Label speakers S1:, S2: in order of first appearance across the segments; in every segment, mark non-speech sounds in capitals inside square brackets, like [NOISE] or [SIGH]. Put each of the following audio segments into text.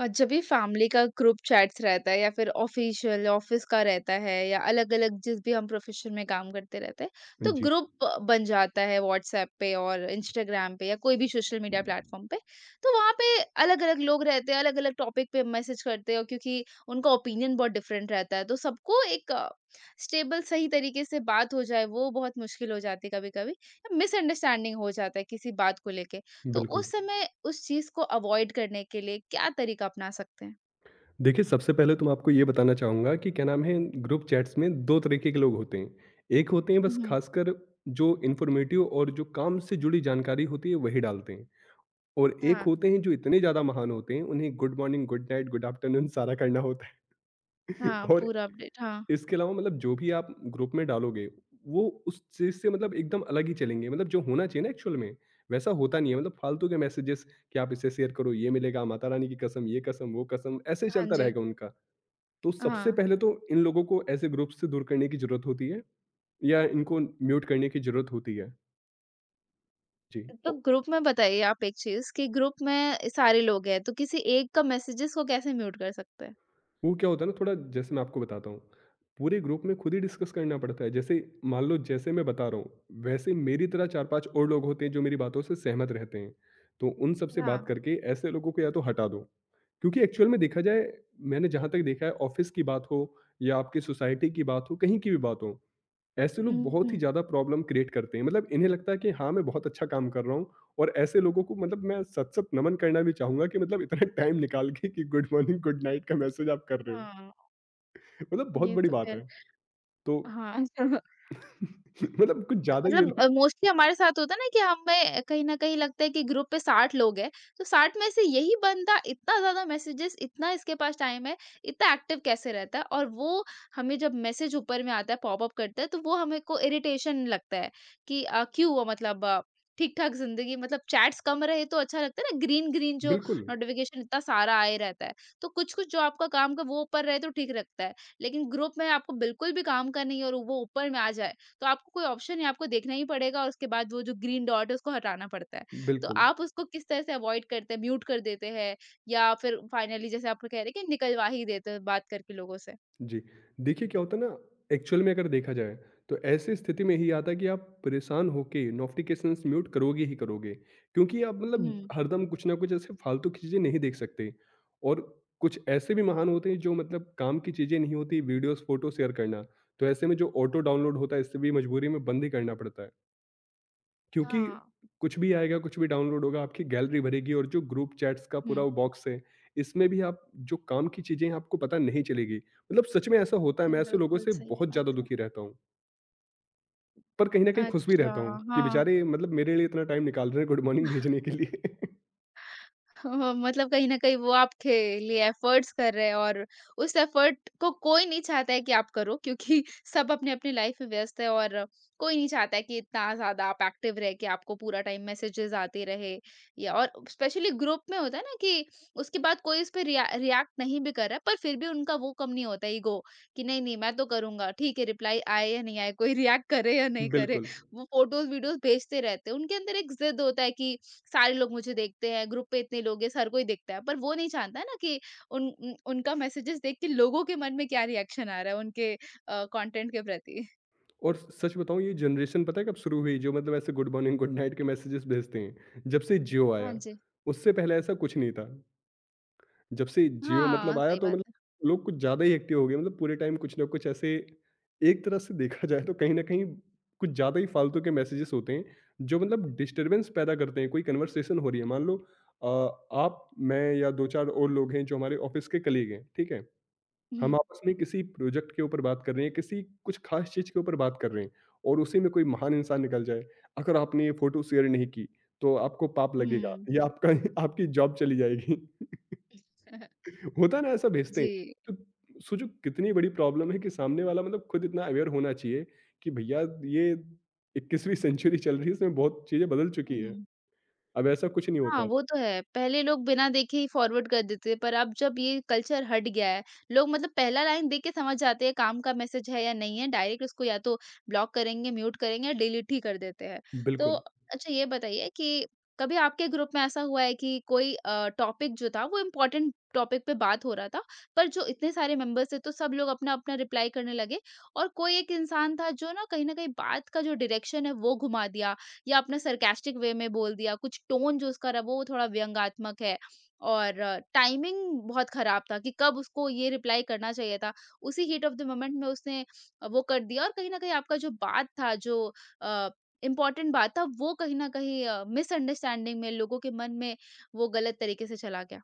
S1: जब भी फैमिली का ग्रुप चैट्स रहता है या फिर ऑफिशियल ऑफिस का रहता है या अलग-अलग जिस भी हम प्रोफेशन में काम करते रहते हैं, तो
S2: जी,
S1: ग्रुप बन जाता है व्हाट्सएप पे और इंस्टाग्राम पे या कोई भी सोशल मीडिया प्लेटफॉर्म पे। तो वहाँ पे अलग-अलग लोग रहते हैं, अलग-अलग टॉपिक पे मैसेज करते हैं और क्योंकि उनका ओपिनियन बहुत डिफरेंट रहता है, तो सबको एक स्टेबल सही तरीके से बात हो जाए, वो बहुत मुश्किल हो जाती है कभी-कभी। मिसअंडरस्टैंडिंग हो जाता है किसी बात को लेके। तो
S2: बिल्कुल।
S1: उस समय उस चीज़ को अवॉइड करने के लिए क्या तरीका अपना सकते हैं?
S2: देखिए, सबसे पहले तो मैं आपको ये बताना चाहूँगा कि क्या नाम है, ग्रुप चैट्स में 2 तरीके के लोग होते हैं। एक होते हैं बस
S1: हुँ।
S2: खासकर जो इन्फॉर्मेटिव और जो काम से जुड़ी जानकारी होती है, वही डालते हैं। और एक
S1: हाँ,
S2: होते हैं जो इतने ज़्यादा महान होते हैं, उन्हें good morning, good night, good afternoon सारा करना होता है [LAUGHS]
S1: हाँ,
S2: और
S1: पूरा अपडेट हाँ,
S2: इसके अलावा मतलब जो भी आप ग्रुप में डालोगे, वो उस चीज़ से मतलब एकदम अलग ही चलेंगे, मतलब जो होना चाहिए ना एक्चुअल में, वैसा होता नहीं है। मतलब फालतू के मैसेजेस कि आप इसे शेयर करो, ये मिलेगा, माता रानी की कसम, ये कसम, वो कसम, ऐसे ही
S1: हाँ
S2: चलता
S1: जी,
S2: रहेगा उनका। तो सबसे
S1: हाँ।
S2: पहले तो इन लोगों को ऐसे ग्रुप से दूर करने की ज़रूरत होती है या इनको म्यूट करने की ज़रूरत होती है। जी।
S1: तो ग्रुप में बताइए आप एक चीज़ कि ग्रुप में सारे लोग हैं, तो किसी एक का मैसेजेस को कैसे म्यूट कर सकते हैं?
S2: वो क्या होता है ना थोड़ा जैसे मैं आपको बताता हूँ, पूरे ग्रुप में खुद ही डिस्कस करना पड़ता है। जैसे मान लो जैसे मैं बता रहा हूँ, वैसे मेरी तरह 4-5 और लोग होते हैं जो मेरी बातों से सहमत रहते हैं। तो उन सब से बात
S1: हाँ।
S2: करके ऐसे लोगों को या तो हटा दो। क्योंकि एक्चुअल में देखा जाए मैंने जहाँ तक देखा है ऑफ़िस की बात हो या आपकी सोसाइटी की बात हो, कहीं की भी बात हो ऐसे लोग
S1: हुँ,
S2: बहुत ही
S1: हुँ।
S2: ज़्यादा प्रॉब्लम क्रिएट करते हैं, मतलब इन्हें लगता है कि हाँ, मैं बहुत अच्छा काम कर रहा हूँ। और ऐसे लोगों को मतलब मैं सत-सत नमन करना भी चाहूँगा कि मतलब इतना [LAUGHS] टाइम निकाल के कि गुड मॉर्निंग, गुड नाइट का मैसेज आप कर रहे हो।
S1: हाँ,
S2: मतलब बहुत
S1: ये
S2: बड़ी
S1: तो
S2: बात
S1: ख़ैर
S2: है। तो
S1: हाँ। [LAUGHS]
S2: [LAUGHS] मतलब कुछ ज़्यादा ही ये
S1: मतलब
S2: लोग
S1: मोस्टली हमारे साथ होता है ना कि हमें कहीं न कहीं लगता है कि ग्रुप पे 60 लोग हैं, तो 60 में से यही बंदा इतना ज़्यादा मैसेजेस, इतना इसके पास टाइम है, इतना एक्टिव कैसे रहता है? और वो हमें जब मैसेज ऊपर में आता है, पॉपअप करता है, तो वो हमें को इरिटेशन लगता है कि क्यों हुआ, मतलब ठीक-ठाक ज़िंदगी मतलब चैट्स कम रहे तो अच्छा लगता है ना, ग्रीन-ग्रीन जो
S2: बिल्कुल,
S1: नोटिफ़िकेशन इतना सारा आए रहता है। तो कुछ-कुछ जो आपका काम का वो ऊपर रहे तो ठीक लगता है, लेकिन ग्रुप में आपको बिल्कुल भी काम का नहीं और वो ऊपर में आ जाए, तो आपको कोई ऑप्शन नहीं, आपको देखना ही पड़ेगा और उसके बाद वो जो ग्रीन डॉट है उसको हटाना पड़ता है। तो
S2: बिल्कुल।
S1: आप उसको किस तरह से अवॉइड करते हैं, म्यूट कर देते हैं या फिर फाइनली जैसे आप कह रहे हैं कि निकलवा ही देते हैं बात करके लोगों से?
S2: जी। देखिए क्या होता है ना, एक्चुअल में अगर देखा जाए, तो ऐसी स्थिति में ही आता है कि आप परेशान होके नोटिफ़िकेशंस म्यूट करोगे ही करोगे। क्योंकि आप मतलब
S1: हुँ।
S2: हरदम कुछ ना कुछ ऐसे फालतू की चीज़ें नहीं देख सकते। और कुछ ऐसे भी महान होते हैं जो मतलब काम की चीज़ें नहीं होती, वीडियोज़, फ़ोटो शेयर करना। तो ऐसे में जो ऑटो डाउनलोड होता है इससे भी मजबूरी में बंद ही करना पड़ता है। क्योंकि
S1: हाँ।
S2: कुछ भी आएगा, कुछ भी डाउनलोड होगा, आपकी गैलरी भरेगी और जो ग्रुप चैट्स का पूरा
S1: हुँ।
S2: वो बॉक्स है, इसमें भी आप जो काम की चीज़ें हैं, आपको पता नहीं चलेगी। मतलब सच में ऐसा होता है, मैं ऐसे लोगों
S1: बिल्कुल
S2: से
S1: सही
S2: बहुत ज़्यादा
S1: बात है।
S2: दुखी रहता हूँ, पर कहीं न कहीं खुश भी
S1: अच्छा,
S2: रहता हूँ कि
S1: हाँ।
S2: बेचारे मतलब मेरे लिए इतना टाइम निकाल रहे हैं गुड मॉर्निंग भेजने के लिए। [LAUGHS]
S1: हाँ, मतलब कहीं न कहीं वो आपके लिए एफर्ट्स कर रहे हैं और उस एफर्ट को कोई नहीं चाहता है कि आप करो क्योंकि [LAUGHS] सब अपनी-अपनी लाइफ में व्यस्त है और कोई नहीं चाहता है कि इतना ज़्यादा आप एक्टिव रहे कि आपको पूरा टाइम मैसेजेस आते रहे या और स्पेशली ग्रुप में होता है ना कि उसके बाद कोई उस पे रिएक्ट नहीं भी कर रहा है, पर फिर भी उनका वो कम नहीं होता ईगो कि नहीं, नहीं मैं तो करूँगा, ठीक है रिप्लाई आए या नहीं आए, कोई रिएक्ट करे या नहीं करे।
S2: बिल्कुल।
S1: वो फ़ोटोज़, वीडियोज़ भेजते रहते हैं। उनके अंदर एक ज़िद होता है कि सारे लोग मुझे देखते हैं, ग्रुप पे इतने लोग हैं, हर कोई देखता है। पर वो नहीं जानता ना कि उन उन उनका मैसेजेज़ देख के लोगों के मन में क्या रिएक्शन आ रहा है उनके कंटेंट के प्रति।
S2: और सच बताऊँ ये जनरेशन पता है कब शुरू हुई, जो मतलब ऐसे गुड मॉर्निंग, गुड नाइट के मैसेजेस भेजते हैं? जब से जियो
S1: हाँ
S2: आया,
S1: जी।
S2: उससे पहले ऐसा कुछ नहीं था। जब से जियो
S1: हाँ,
S2: मतलब आया
S1: सही
S2: तो
S1: बात
S2: मतलब
S1: है।
S2: लोग कुछ ज़्यादा ही एक्टिव हो गए, मतलब पूरे टाइम कुछ ना कुछ ऐसे एक तरह से देखा जाए तो कहीं ना कहीं कुछ ज़्यादा ही फालतू के मैसेजेस होते हैं जो मतलब डिस्टरबेंस पैदा करते हैं। कोई कन्वर्सेशन हो रही है, मान लो अ, आप मैं या दो चार और लोग हैं जो हमारे ऑफिस के कलीग हैं, ठीक है, हम
S1: हुँ,
S2: आपस में किसी प्रोजेक्ट के ऊपर बात कर रहे हैं, किसी कुछ खास चीज़ के ऊपर बात कर रहे हैं और उसी में कोई महान इंसान निकल जाए अगर आपने ये फोटो शेयर नहीं की तो आपको पाप लगेगा
S1: हुँ।
S2: या आपका [LAUGHS] आपकी जॉब चली जाएगी।
S1: [LAUGHS]
S2: होता है ना ऐसा, भेजते
S1: जी।
S2: हैं, तो सोचो कितनी बड़ी प्रॉब्लम है कि सामने वाला मतलब खुद इतना अवेयर होना चाहिए कि भैया ये 21वीं सेंचुरी चल रही है, इसमें बहुत चीजें बदल चुकी है।
S1: हुँ।
S2: अब ऐसा कुछ नहीं होता
S1: हाँ,
S2: है।
S1: वो तो है। पहले लोग बिना देखे ही फॉरवर्ड कर देते थे, पर अब जब ये कल्चर हट गया है, लोग मतलब पहला लाइन देख के समझ जाते हैं काम का मैसेज है या नहीं है, डायरेक्ट उसको या तो ब्लॉक करेंगे, म्यूट करेंगे या डिलीट ही कर देते हैं। तो
S2: बिल्कुल,
S1: अच्छा ये बताइए कि कभी आपके ग्रुप में ऐसा हुआ है कि कोई टॉपिक जो था वो इम्पोर्टेंट टॉपिक पे बात हो रहा था, पर जो इतने सारे मेंबर्स थे तो सब लोग अपना-अपना रिप्लाई करने लगे और कोई एक इंसान था जो ना कहीं न कहीं बात का जो डायरेक्शन है वो घुमा दिया या आपने सार्केस्टिक वे में बोल दिया, कुछ टोन जो उसका रहा वो थोड़ा व्यंग्यात्मक है और टाइमिंग बहुत खराब था कि कब उसको ये रिप्लाई करना चाहिए था। उसी हीट ऑफ द मोमेंट में उसने वो कर दिया और कहीं न कहीं आपका जो बात था, जो अ, इम्पोर्टेंट बात था वो कहीं न कहीं मिसअंडरस्टैंडिंग में लोगों के मन में वो गलत तरीके से चला गया।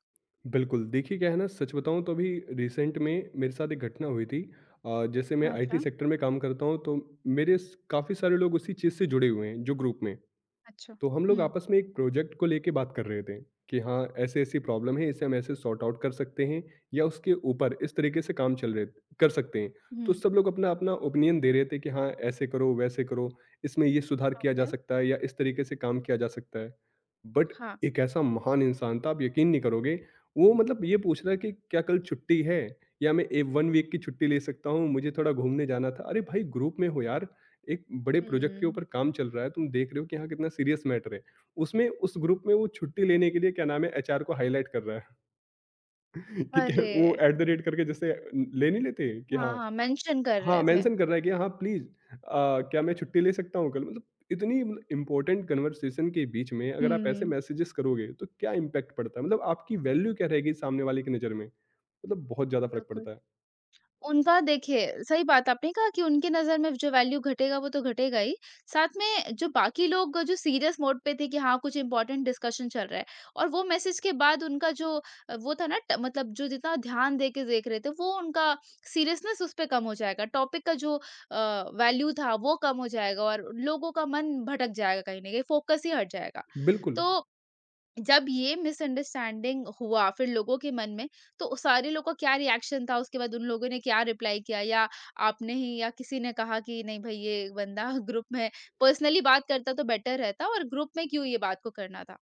S2: बिल्कुल। देखिए क्या है ना, सच बताऊं तो अभी रिसेंट में मेरे साथ एक घटना हुई थी। जैसे मैं आईटी
S1: अच्छा,
S2: सेक्टर में काम करता हूं, तो काफी सारे लोग उसी चीज से जुड़े हुए हैं जो ग्रुप में।
S1: अच्छा।
S2: तो हम लोग
S1: हुँ,
S2: आपस में एक प्रोजेक्ट को लेके बात कर रहे थे कि हाँ ऐसे ऐसी प्रॉब्लम है, इसे हम ऐसे सॉर्ट आउट कर सकते हैं या उसके ऊपर इस तरीके से काम चल रहे, कर सकते हैं। तो
S1: हुँ।
S2: सब लोग अपना अपना ओपिनियन दे रहे थे कि हाँ, ऐसे करो वैसे करो, इसमें ये सुधार किया जा
S1: ओके,
S2: सकता है या इस तरीके से काम किया जा सकता है। बट
S1: हाँ।
S2: एक ऐसा महान इंसान था, आप यकीन नहीं करोगे, वो मतलब ये पूछ रहा है कि क्या कल छुट्टी है या मैं ए वन वीक की छुट्टी ले सकता हूँ, मुझे थोड़ा घूमने जाना था। अरे भाई, ग्रुप में हो यार, एक बड़े प्रोजेक्ट के
S1: हुँ।
S2: ऊपर काम चल रहा है, तुम देख रहे हो कि हाँ कितना सीरियस मैटर है। उसमें उस ग्रुप में वो छुट्टी लेने के लिए क्या नाम है, एचआर को हाईलाइट कर रहा है [LAUGHS] कि क्या
S1: अरे!
S2: वो एट द रेट करके जैसे ले नहीं लेते कि
S1: हाँ,
S2: हाँ,
S1: हाँ, मेंशन कर
S2: हाँ
S1: रहे थे।
S2: मेंशन कर रहा है कि हाँ प्लीज क्या मैं छुट्टी ले सकता हूँ कल। मतलब इतनी इंपॉर्टेंट कन्वर्सेशन के बीच में अगर आप ऐसे
S1: हुँ,
S2: मैसेजेस करोगे तो क्या इम्पैक्ट पड़ता है, मतलब आपकी वैल्यू क्या रहेगी सामने वाले की नज़र में, मतलब बहुत ज़्यादा फर्क
S1: बिल्कुल।
S2: पड़ता है।
S1: उनका देखिए, सही बात आपने कहा कि उनकी नज़र में जो वैल्यू घटेगा वो तो घटेगा ही। साथ में जो बाकी लोग जो सीरियस मोड पे थे कि हाँ, कुछ इम्पोर्टेंट डिस्कशन चल रहा है और वो मैसेज के बाद उनका जो वो था ना ट मतलब जो जितना ध्यान दे के देख रहे थे वो उनका सीरियसनेस उस पे कम हो जाएगा। टॉपिक का जो वैल्यू था वो कम हो जाएगा और लोगों का मन भटक जाएगा कहीं न कहीं, फ़ोकस ही हट जाएगा।
S2: बिल्कुल।
S1: तो जब ये मिसअंडरस्टैंडिंग हुआ फिर लोगों के मन में, तो उस सारे लोग का क्या रिएक्शन था? उसके बाद उन लोगों ने क्या रिप्लाई किया या आपने ही या किसी ने कहा कि नहीं भई ये बंदा [LAUGHS] ग्रुप में पर्सनली बात करता तो बेटर रहता और ग्रुप में क्यों ये बात को करना था?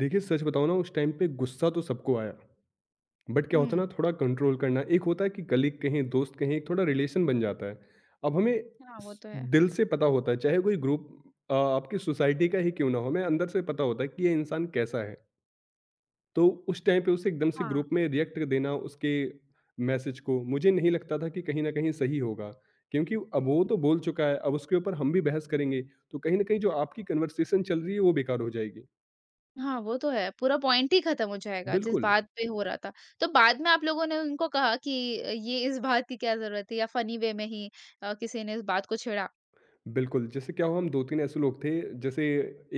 S2: देखिए सच बताओ ना, उस टाइम पे गुस्सा तो सबको आया बट क्या होता है
S1: हुँ।
S2: ना थोड़ा कंट्रोल करना, एक होता है कि कलीग कहें दोस्त कहें एक थोड़ा रिलेशन बन जाता है। अब हमें
S1: हाँ, वो
S2: स-
S1: तो है।
S2: दिल से पता होता है, चाहे कोई ग्रुप आपकी सोसाइटी का ही क्यों ना हो, हमें अंदर से पता होता है कि ये इंसान कैसा है। तो उस टाइम पे उसे एकदम से
S1: हाँ।
S2: ग्रुप में रिएक्ट देना उसके मैसेज को, मुझे नहीं लगता था कि कहीं ना कहीं सही होगा, क्योंकि अब वो तो बोल चुका है, अब उसके ऊपर हम भी बहस करेंगे तो कहीं ना कहीं जो आपकी कन्वर्सेशन चल रही है वो बेकार हो जाएगी।
S1: हाँ, वो तो है। पूरा पॉइंट ही खत्म हो जाएगा जिस
S2: बिल्कुल।
S1: बात पे हो रहा था। तो बाद में आप लोगों ने उनको कहा कि ये इस बात की क्या ज़रूरत है या फनी वे में ही किसी ने इस बात को छेड़ा?
S2: बिल्कुल, जैसे क्या हुआ, हम 2-3 ऐसे लोग थे। जैसे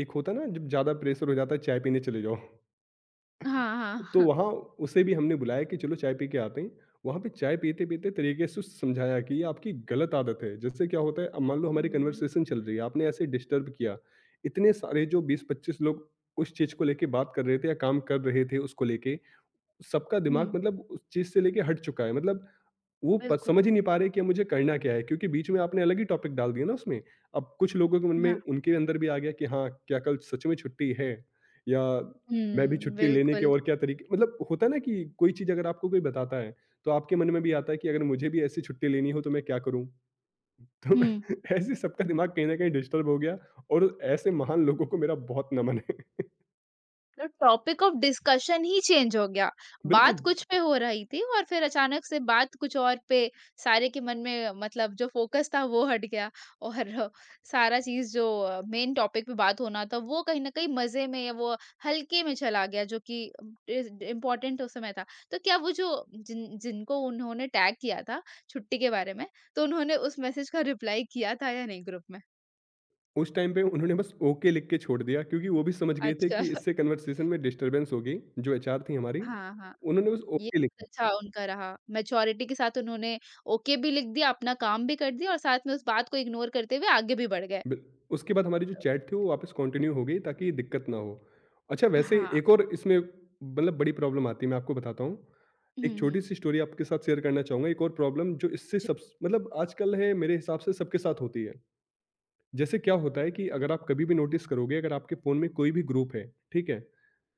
S2: एक होता है ना जब ज़्यादा प्रेशर हो जाता है, चाय पीने चले जाओ।
S1: हाँ,
S2: तो
S1: हाँ। [LAUGHS]
S2: वहाँ उसे भी हमने बुलाया कि चलो चाय पी के आते हैं। वहाँ पे चाय पीते-पीते तरीके से उसे समझाया कि ये आपकी गलत आदत है। जैसे क्या होता है, अब मान लो हमारी
S1: हुँ।
S2: कन्वर्सेशन चल रही है, आपने ऐसे डिस्टर्ब किया। इतने सारे जो 20-25 लोग उस चीज़ को लेके बात कर रहे थे या काम कर रहे थे उसको लेके, सबका दिमाग
S1: हुँ।
S2: मतलब उस चीज़ से लेके हट चुका है। मतलब वो प
S1: बिल्कुल।
S2: समझ ही नहीं पा रहे कि अब मुझे करना क्या है? क्योंकि बीच में आपने अलग ही टॉपिक डाल दिया ना उसमें। अब कुछ लोगों के मन में उनके अंदर भी आ गया कि हाँ, क्या कल सच में छुट्टी है? या मैं भी
S1: हुँ,
S2: छुट्टी लेने के
S1: बिल्कुल।
S2: और क्या तरीके, मतलब होता है ना कि कोई चीज़ अगर आपको कोई बताता है, तो आपके मन में भी आता है कि अगर मुझे भी ऐसी छुट्टी लेनी हो तो मैं क्या करूँ? तो
S1: हुँ,
S2: [LAUGHS] ऐसे सबका दिमाग कहीं न कहीं डिस्टर्ब हो गया और ऐसे महान लोगों को मेरा बहुत नमन है।
S1: तो टॉपिक ऑफ डिस्कशन ही चेंज हो गया।
S2: [LAUGHS]
S1: बात
S2: बिल्कुल।
S1: कुछ पे हो रही थी और फिर अचानक से बात कुछ और पे सारे के मन में मतलब जो फ़ोकस था वो हट गया और सारा चीज़ जो मेन टॉपिक पे बात होना था वो कहीं न कहीं मज़े में या वो हल्के में चला गया जो कि इज़ इम्पोर्टेंट उस समय था। तो क्या वो जो जिनको उन्होंने टैग किया था छुट्टी के बारे में, तो उन्होंने उस मैसेज का रिप्लाई किया था या नहीं ग्रुप में?
S2: उस टाइम पे उन्होंने बस ओके लिख के छोड़ दिया क्योंकि वो भी समझ गए थे
S1: अच्छा,
S2: कि
S1: [LAUGHS]
S2: इससे कन्वर्सेशन में डिस्टरबेंस होगी। जो एचआर थी हमारी,
S1: हाँ, हाँ।
S2: उन्होंने बस
S1: ये
S2: ओके
S1: बहुत
S2: लिखा।
S1: अच्छा उनका रहा, मैच्योरिटी के साथ उन्होंने ओके भी लिख दिया, अपना काम भी कर दिया और साथ में उस बात को इग्नोर करते हुए आगे भी बढ़ गए।
S2: बिल- उसके बाद हमारी जो चैट थी वो वापस कंटिन्यू हो गई ताकि दिक्कत ना हो। अच्छा वैसे
S1: हाँ,
S2: एक और इसमें मतलब बड़ी प्रॉब्लम आती है, मैं आपको बताता हूँ,
S1: हुँ,
S2: एक छोटी
S1: हुँ।
S2: सी स्टोरी आपके साथ शेयर करना चाहूंगा, एक और प्रॉब्लम जो इससे
S1: जी।
S2: सब मतलब आजकल है, मेरे हिसाब से सबके साथ होती है। जैसे क्या होता है कि अगर आप कभी भी नोटिस करोगे, अगर आपके फ़ोन में कोई भी ग्रुप है, ठीक है,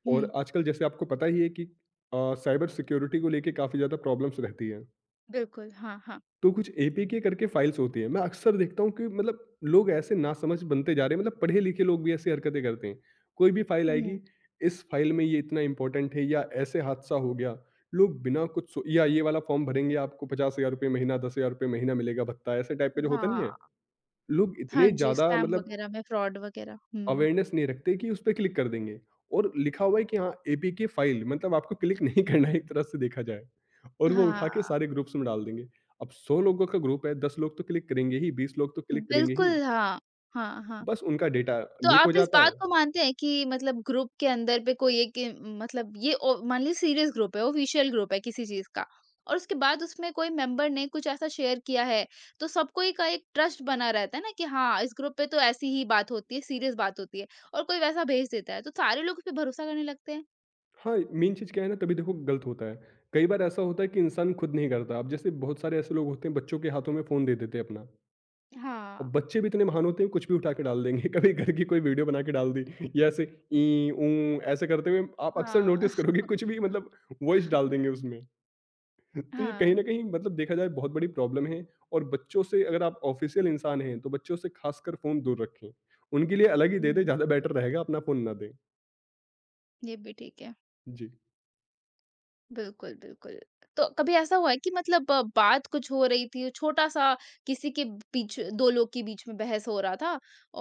S1: हुँ,
S2: और आजकल जैसे आपको पता ही है कि साइबर सिक्योरिटी को लेके काफ़ी ज़्यादा प्रॉब्लम्स रहती हैं।
S1: बिल्कुल, हाँ, हाँ।
S2: तो कुछ एपीके करके फाइल्स होती हैं, मैं अक्सर देखता हूँ कि मतलब लोग ऐसे नासमझ बनते जा रहे हैं, मतलब पढ़े-लिखे लोग भी ऐसी हरकतें करते हैं। कोई भी फाइल
S1: हुँ,
S2: आएगी, इस फाइल में ये इतना इम्पोर्टेंट है या ऐसे हादसा हो गया, लोग बिना कुछ सो या ये वाला फॉर्म भरेंगे, आपको ₹50,000 महीना, ₹10,000 महीना मिलेगा भत्ता, ऐसे टाइप का जो होता नहीं
S1: हाँ,
S2: है? लोग
S1: हाँ
S2: इतने
S1: जी,
S2: ज़्यादा
S1: स्कैम
S2: मतलब
S1: वगैरह में फ्रॉड वगैरह। हुँ,
S2: अवेयरनेस नहीं रखते कि उस पे क्लिक कर देंगे। और लिखा हुआ है कि हाँ एपीके फाइल मतलब आपको क्लिक नहीं [LAUGHS] करना है एक तरह से देखा जाए। और वो उठा के
S1: हाँ,
S2: सारे ग्रुप्स में डाल देंगे। अब 100 लोगों का ग्रुप है, 10 लोग तो क्लिक करेंगे ही, 20 लोग तो क्लिक करेंगे ही।
S1: बिल्कुल, हाँ। हाँ, हाँ।
S2: बस उनका डेटा
S1: तो
S2: लीक
S1: आप
S2: हो
S1: इस
S2: जाता है।
S1: बात को मानते हैं कि मतलब ग्रुप के अंदर पे कोई एक मतलब ये ओ मान लीजिए सीरियस ग्रुप है, ऑफिशियल ग्रुप है किसी चीज़ का और उसके बाद उसमें कोई मेंबर ने कुछ ऐसा शेयर किया है, तो सबको ही का एक ट्रस्ट बना रहता है ना कि हाँ, इस ग्रुप पे तो ऐसी ही बात होती है, सीरियस बात होती है और कोई वैसा भेज देता है, तो सारे लोग उस पे भरोसा करने लगते हैं।
S2: हाँ मेन चीज़ क्या है ना, तभी देखो गलत होता है। कई बार ऐसा होता है कि इंसान खुद नहीं करता। अब जैसे बहुत सारे ऐसे लोग होते हैं, बच्चों के हाथों में फ़ोन दे देते हैं अपना। और
S1: हाँ।
S2: बच्चे भी इतने महान होते हैं, कुछ भी उठा के डाल देंगे। [LAUGHS] कभी घर की कोई वीडियो बना के डाल दी या ऐसे। ई ऊ ऐसे करते हुए आप अक्सर
S1: हाँ,
S2: नोटिस करोगे,
S1: [LAUGHS]
S2: कुछ भी मतलब वॉइस डाल देंगे उसमें। [LAUGHS] तो ये कहीं
S1: हाँ।
S2: ना कहीं मतलब देखा जाए बहुत बड़ी प्रॉब्लम है। और बच्चों से, अगर आप ऑफिशियल इंसान हैं तो बच्चों से खासकर फ़ोन दूर रखें। उनके लिए अलग ही दे दें,
S1: हुँ,
S2: ज़्यादा बेटर रहेगा, अपना फ़ोन ना दें।
S1: ये भी ठीक है।
S2: जी।
S1: बिल्कुल, बिल्कुल। तो कभी ऐसा हुआ है कि मतलब बात कुछ हो रही थी, छोटा-सा किसी के बीच 2 लोग के बीच में बहस हो रहा था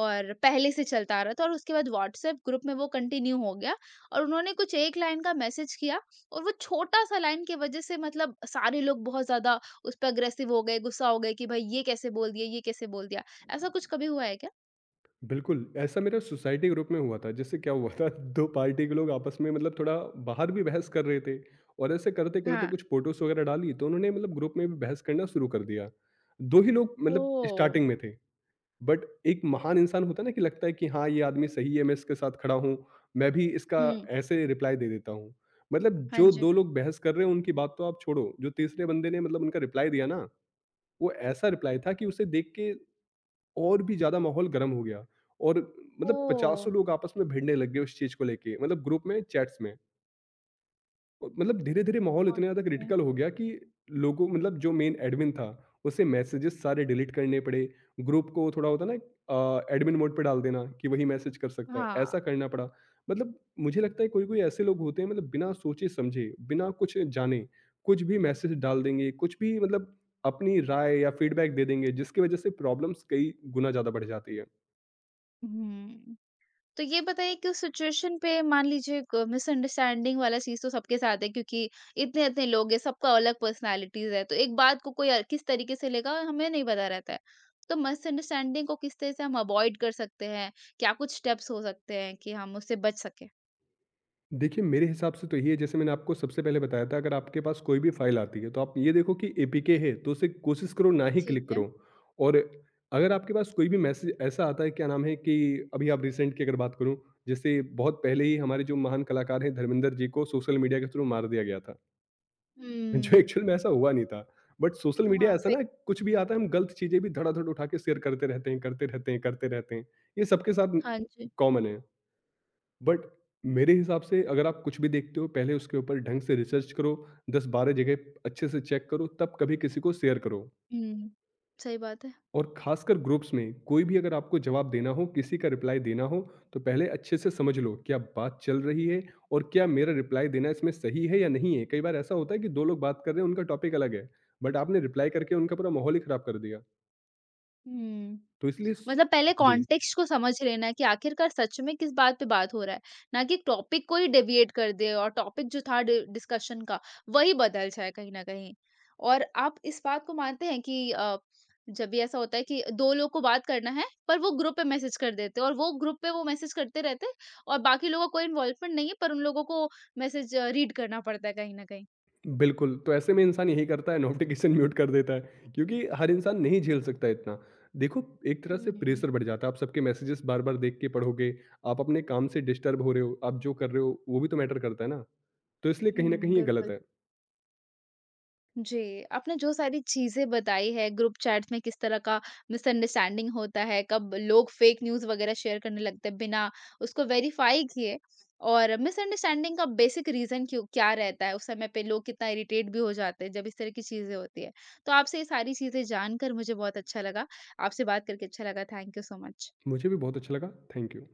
S1: और पहले से चलता आ रहा था और उसके बाद व्हाट्सएप ग्रुप में वो कंटिन्यू हो गया और उन्होंने कुछ एक लाइन का मैसेज किया और वो छोटा-सा लाइन की वजह से मतलब सारे लोग बहुत ज़्यादा उस पे अग्रेसिव हो गए, गुस्सा हो गए कि भाई ये कैसे बोल दिया, ये कैसे बोल दिया? ऐसा कुछ कभी हुआ है क्या?
S2: बिल्कुल, ऐसा मेरा सोसाइटी ग्रुप में हुआ था। जिससे क्या हुआ था, [LAUGHS] 2 पार्टी के लोग आपस में मतलब थोड़ा बाहर भी बहस कर रहे थे। और ऐसे करते-करते
S1: हाँ।
S2: कुछ फ़ोटोज़ वगैरह डाली, तो उन्होंने मतलब ग्रुप में भी बहस करना शुरू कर दिया। 2 ही लोग मतलब
S1: ओह!
S2: स्टार्टिंग में थे, बट एक महान इंसान होता है ना, कि लगता है कि हाँ, ये आदमी सही है, मैं इसके साथ खड़ा हूँ, मैं भी इसका
S1: हुँ।
S2: ऐसे रिप्लाई दे देता हूँ। मतलब
S1: हाँ
S2: जो
S1: जी।
S2: 2 लोग बहस कर रहे हो उनकी बात तो आप छोड़ो, जो तीसरे बंदे ने मतलब उनका रिप्लाई दिया ना, वो ऐसा रिप्लाई था कि उसे देख के और भी ज़्यादा माहौल गर्म हो गया। और मतलब
S1: ओह!
S2: पचासों लोग आपस में भिड़ने लग गए उस चीज़ को लेके, मतलब ग्रुप में, चैट्स में। और मतलब धीरे धीरे माहौल इतना ज़्यादा
S1: ओके।
S2: क्रिटिकल हो गया कि लोगों, मतलब जो मेन एडमिन था, उसे मैसेजेस सारे डिलीट करने पड़े। ग्रुप को थोड़ा होता ना एडमिन मोड पे डाल देना कि वही मैसेज कर सकता है,
S1: हाँ।
S2: ऐसा करना पड़ा। मतलब मुझे लगता है कोई कोई ऐसे लोग होते हैं, मतलब बिना सोचे समझे, बिना कुछ जाने कुछ भी मैसेज डाल देंगे, कुछ भी मतलब अपनी राय या फीडबैक दे देंगे, जिसकी वजह से प्रॉब्लम्स कई गुना ज़्यादा बढ़ जाती है।
S1: हुँ। तो ये बताइए कि उस सिचुएशन पे मान लीजिए क मिसअंडरस्टैंडिंग वाला चीज़ तो सबके साथ है क्योंकि इतने-इतने लोग हैं, सबका अलग पर्सनैलिटीज़ है, तो एक बात को कोई किस तरीके से लेगा हमें नहीं पता रहता है। तो मिसअंडरस्टैंडिंग को किस तरह से हम अवॉइड कर सकते हैं? क्या कुछ स्टेप्स हो सकते हैं कि हम उससे बच सकें?
S2: देखिए, मेरे हिसाब से तो यही है, जैसे मैंने आपको सबसे पहले बताया था, अगर आपके पास कोई भी फ़ाइल आती है, तो आप ये देखो कि एपीके है, तो उसे कोशिश करो ना ही
S1: ठीक
S2: क्लिक
S1: है।
S2: करो। और अगर आपके पास कोई भी मैसेज ऐसा आता है, क्या नाम है कि अभी आप रिसेंट की अगर बात करूँ, जैसे बहुत पहले ही हमारे जो महान कलाकार हैं, धर्मेंद्र जी को सोशल मीडिया के थ्रू मार दिया गया था, [LAUGHS] जो
S1: हुँ।
S2: एक्चुअल में ऐसा हुआ नहीं था। बट सोशल मीडिया
S1: हाँ,
S2: ऐसा
S1: फिर
S2: ना, कुछ भी आता है, हम गलत चीज़ें भी धड़ाधड़ उठा के शेयर करते रहते हैं, करते रहते हैं, करते रहते हैं। ये सबके साथ
S1: हाँ जी।
S2: कॉमन है। बट मेरे हिसाब से अगर आप कुछ भी देखते हो, पहले उसके ऊपर ढंग से रिसर्च करो, 10-12 जगह अच्छे से चेक करो, तब कभी किसी को शेयर करो।
S1: हुँ। सही बात है।
S2: और खासकर ग्रुप्स में, कोई भी अगर आपको जवाब देना हो, किसी का रिप्लाई देना हो, तो पहले अच्छे से समझ लो क्या बात चल रही है, और क्या मेरा रिप्लाई देना इसमें सही है या नहीं है। कई बार ऐसा होता है कि दो लोग बात कर रहे हैं, उनका टॉपिक अलग है, बट आपने रिप्लाई करके उनका पूरा माहौल ही खराब कर दिया।
S1: हुँ।
S2: तो इसलिए
S1: मतलब पहले
S2: जी।
S1: कॉन्टेक्स्ट को समझ लेना है कि आखिरकार सच में किस बात पे बात हो रहा है, ना कि टॉपिक को ही डेविएट कर दे और टॉपिक जो था डि डिस्कशन का, वही बदल जाए कहीं न कहीं। और आप इस बात को मानते हैं कि जब भी ऐसा होता है कि 2 लोग को बात करना है, पर वो ग्रुप पे मैसेज कर देते हैं और वो ग्रुप पे वो मैसेज करते रहते हैं और बाकी लोगों का कोई इन्वॉल्वमेंट नहीं है, पर उन लोगों को मैसेज रीड करना पड़ता है कहीं न कहीं।
S2: बिल्कुल, तो ऐसे में इंसान यही करता है, नोटिफ़िकेशन म्यूट कर देता है, क्योंकि हर इंसान नहीं झेल सकता इतना। देखो, एक तरह से
S1: हुँ,
S2: प्रेशर बढ़ जाता है, आप सबके मैसेजेस बार-बार देख के पढ़ोगे, आप अपने काम से डिस्टर्ब हो रहे हो, आप जो कर रहे हो वो भी तो मैटर करता है ना। तो इसलिए कहीं न
S1: हुँ,
S2: कहीं ये गलत
S1: बिल्कुल।
S2: है।
S1: जी, आपने जो सारी चीज़ें बताई है ग्रुप चैट्स में किस तरह का मिसअंडरस्टैंडिंग होता है, कब लोग फेक न्यूज़ वगैरह शेयर करने लगते हैं बिना उसको वेरीफाई किए और मिसअंडरस्टैंडिंग का बेसिक रीज़न क्यों क्या रहता है? उस समय पे लोग कितना इरिटेट भी हो जाते हैं जब इस तरह की चीज़ें होती है। तो आपसे ये सारी चीज़ें जानकर मुझे बहुत अच्छा लगा। आपसे बात करके अच्छा लगा। Thank you so much.
S2: मुझे भी बहुत अच्छा लगा, थैंक यू।